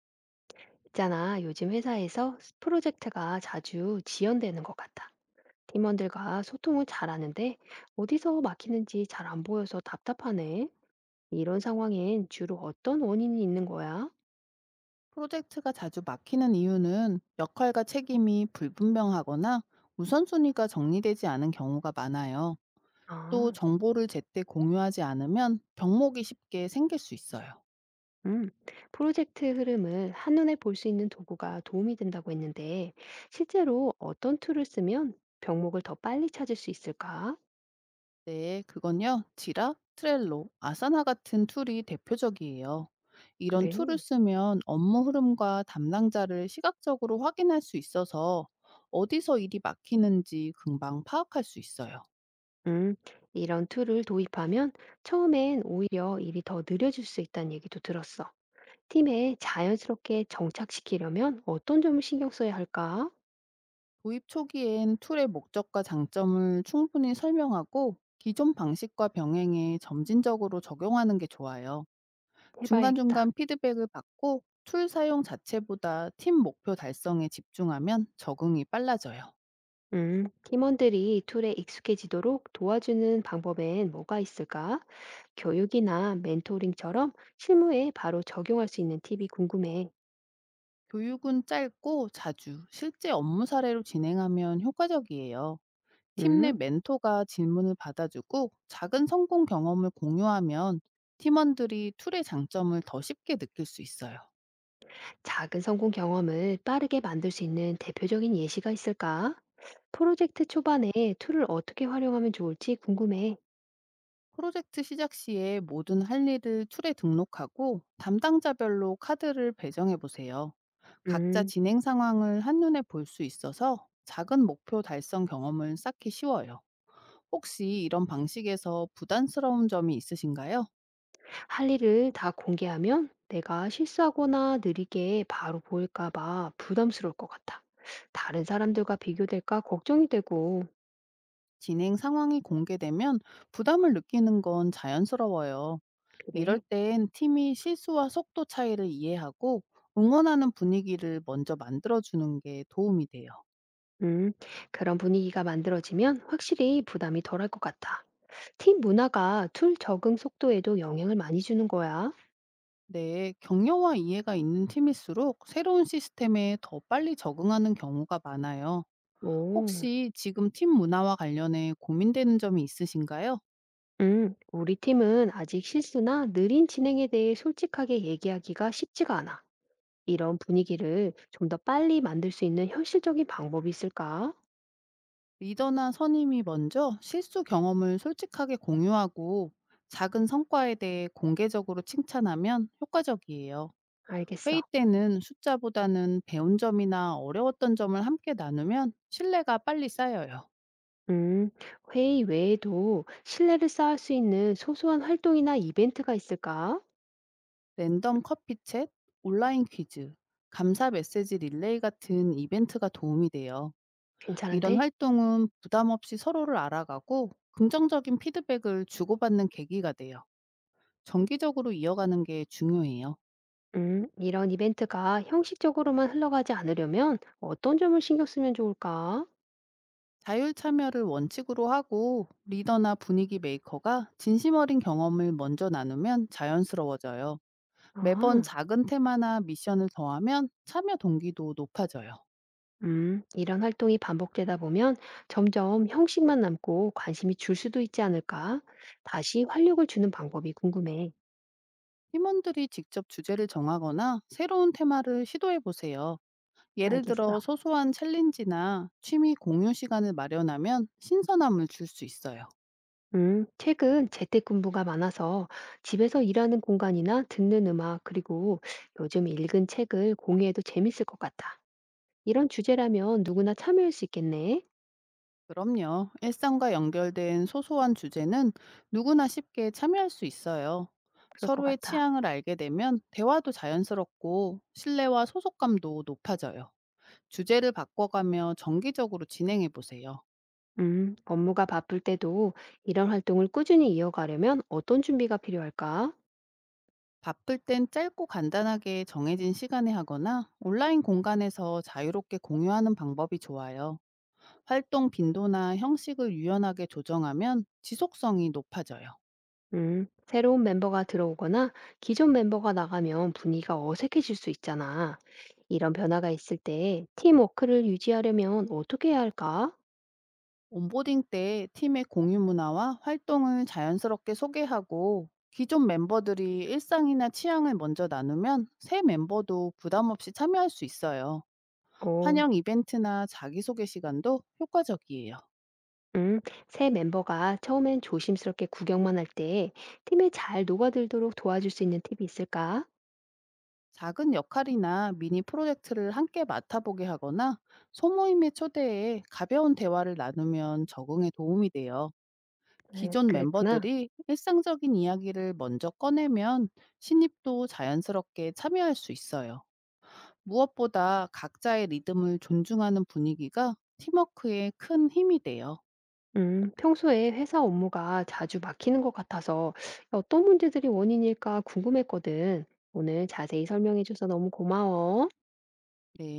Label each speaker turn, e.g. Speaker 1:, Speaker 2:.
Speaker 1: 있잖아, 요즘 회사에서 프로젝트가 자주 지연되는 것 같아. 팀원들과 소통을 잘하는데 어디서 막히는지 잘 안 보여서 답답하네. 이런 상황엔 주로 어떤 원인이 있는 거야?
Speaker 2: 프로젝트가 자주 막히는 이유는 역할과 책임이 불분명하거나 우선순위가 정리되지 않은 경우가 많아요. 또
Speaker 1: 아,
Speaker 2: 정보를 제때 공유하지 않으면 병목이 쉽게 생길 수 있어요.
Speaker 1: 음. 프로젝트 흐름을 한눈에 볼 수 있는 도구가 도움이 된다고 했는데 실제로 어떤 툴을 쓰면 병목을 더 빨리 찾을 수 있을까?
Speaker 2: 네, 그건요. 지라, 트렐로, 아사나 같은 툴이 대표적이에요. 이런 툴을
Speaker 1: 그래.
Speaker 2: 쓰면 업무 흐름과 담당자를 시각적으로 확인할 수 있어서 어디서 일이 막히는지 금방 파악할 수 있어요.
Speaker 1: 음, 이런 툴을 도입하면 처음엔 오히려 일이 더 느려질 수 있다는 얘기도 들었어. 팀에 자연스럽게 정착시키려면 어떤 점을 신경 써야 할까?
Speaker 2: 도입 초기엔 툴의 목적과 장점을 충분히 설명하고 기존 방식과 병행해 점진적으로 적용하는 게 좋아요.
Speaker 1: 해봐야겠다.
Speaker 2: 중간중간 피드백을 받고 툴 사용 자체보다 팀 목표 달성에 집중하면 적응이 빨라져요.
Speaker 1: 팀원들이 툴에 익숙해지도록 도와주는 방법엔 뭐가 있을까? 교육이나 멘토링처럼 실무에 바로 적용할 수 있는 팁이 궁금해.
Speaker 2: 교육은 짧고 자주 실제 업무 사례로 진행하면 효과적이에요. 팀 내
Speaker 1: 음,
Speaker 2: 멘토가 질문을 받아주고 작은 성공 경험을 공유하면 팀원들이 툴의 장점을 더 쉽게 느낄 수 있어요.
Speaker 1: 작은 성공 경험을 빠르게 만들 수 있는 대표적인 예시가 있을까? 프로젝트 초반에 툴을 어떻게 활용하면 좋을지 궁금해.
Speaker 2: 프로젝트 시작 시에 모든 할 일을 툴에 등록하고 담당자별로 카드를 배정해 보세요. 각자
Speaker 1: 음.
Speaker 2: 진행 상황을 한눈에 볼 수 있어서 작은 목표 달성 경험을 쌓기 쉬워요. 혹시 이런 방식에서 부담스러운 점이 있으신가요?
Speaker 1: 할 일을 다 공개하면 내가 실수하거나 느리게 바로 보일까 봐 부담스러울 것 같아. 다른 사람들과 비교될까 걱정이 되고.
Speaker 2: 진행 상황이 공개되면 부담을 느끼는 건 자연스러워요. 이럴
Speaker 1: 그래.
Speaker 2: 땐 팀이 실수와 속도 차이를 이해하고 응원하는 분위기를 먼저 만들어주는 게 도움이 돼요.
Speaker 1: 음, 그런 분위기가 만들어지면 확실히 부담이 덜할 것 같아. 팀 문화가 툴 적응 속도에도 영향을 많이 주는 거야.
Speaker 2: 네, 격려와 이해가 있는 팀일수록 새로운 시스템에 더 빨리 적응하는 경우가 많아요.
Speaker 1: 오.
Speaker 2: 혹시 지금 팀 문화와 관련해 고민되는 점이 있으신가요?
Speaker 1: 우리 팀은 아직 실수나 느린 진행에 대해 솔직하게 얘기하기가 쉽지가 않아. 이런 분위기를 좀 더 빨리 만들 수 있는 현실적인 방법이 있을까?
Speaker 2: 리더나 선임이 먼저 실수 경험을 솔직하게 공유하고 작은 성과에 대해 공개적으로 칭찬하면 효과적이에요.
Speaker 1: 알겠어.
Speaker 2: 회의 때는 숫자보다는 배운 점이나 어려웠던 점을 함께 나누면 신뢰가 빨리 쌓여요.
Speaker 1: 음, 회의 외에도 신뢰를 쌓을 수 있는 소소한 활동이나 이벤트가 있을까?
Speaker 2: 랜덤 커피 챗, 온라인 퀴즈, 감사 메시지 릴레이 같은 이벤트가 도움이 돼요. 이런
Speaker 1: 괜찮은데?
Speaker 2: 활동은 부담 없이 서로를 알아가고 긍정적인 피드백을 주고받는 계기가 돼요. 정기적으로 이어가는 게 중요해요.
Speaker 1: 이런 이벤트가 형식적으로만 흘러가지 않으려면 어떤 점을 신경 쓰면 좋을까?
Speaker 2: 자율 참여를 원칙으로 하고 리더나 분위기 메이커가 진심 어린 경험을 먼저 나누면 자연스러워져요. 매번
Speaker 1: 아,
Speaker 2: 작은 테마나 미션을 더하면 참여 동기도 높아져요.
Speaker 1: 이런 활동이 반복되다 보면 점점 형식만 남고 관심이 줄 수도 있지 않을까? 다시 활력을 주는 방법이 궁금해.
Speaker 2: 팀원들이 직접 주제를 정하거나 새로운 테마를 시도해 보세요. 예를
Speaker 1: 알겠어.
Speaker 2: 들어 소소한 챌린지나 취미 공유 시간을 마련하면 신선함을 줄 수 있어요.
Speaker 1: 최근 재택근무가 많아서 집에서 일하는 공간이나 듣는 음악, 그리고 요즘 읽은 책을 공유해도 재밌을 것 같다. 이런 주제라면 누구나 참여할 수 있겠네.
Speaker 2: 그럼요. 일상과 연결된 소소한 주제는 누구나 쉽게 참여할 수 있어요.
Speaker 1: 그럴 것
Speaker 2: 서로의
Speaker 1: 같아.
Speaker 2: 취향을 알게 되면 대화도 자연스럽고 신뢰와 소속감도 높아져요. 주제를 바꿔가며 정기적으로 진행해 보세요.
Speaker 1: 업무가 바쁠 때도 이런 활동을 꾸준히 이어가려면 어떤 준비가 필요할까?
Speaker 2: 바쁠 땐 짧고 간단하게 정해진 시간에 하거나 온라인 공간에서 자유롭게 공유하는 방법이 좋아요. 활동 빈도나 형식을 유연하게 조정하면 지속성이 높아져요.
Speaker 1: 새로운 멤버가 들어오거나 기존 멤버가 나가면 분위기가 어색해질 수 있잖아. 이런 변화가 있을 때 팀워크를 유지하려면 어떻게 해야 할까?
Speaker 2: 온보딩 때 팀의 공유 문화와 활동을 자연스럽게 소개하고 기존 멤버들이 일상이나 취향을 먼저 나누면 새 멤버도 부담 없이 참여할 수 있어요.
Speaker 1: 어.
Speaker 2: 환영 이벤트나 자기소개 시간도 효과적이에요.
Speaker 1: 음, 새 멤버가 처음엔 조심스럽게 구경만 할 때 팀에 잘 녹아들도록 도와줄 수 있는 팁이 있을까?
Speaker 2: 작은 역할이나 미니 프로젝트를 함께 맡아보게 하거나 소모임에 초대해 가벼운 대화를 나누면 적응에 도움이 돼요. 기존
Speaker 1: 그랬구나.
Speaker 2: 멤버들이 일상적인 이야기를 먼저 꺼내면 신입도 자연스럽게 참여할 수 있어요. 무엇보다 각자의 리듬을 존중하는 분위기가 팀워크에 큰 힘이 돼요.
Speaker 1: 평소에 회사 업무가 자주 막히는 것 같아서 어떤 문제들이 원인일까 궁금했거든. 오늘 자세히 설명해줘서 너무 고마워.
Speaker 2: 네.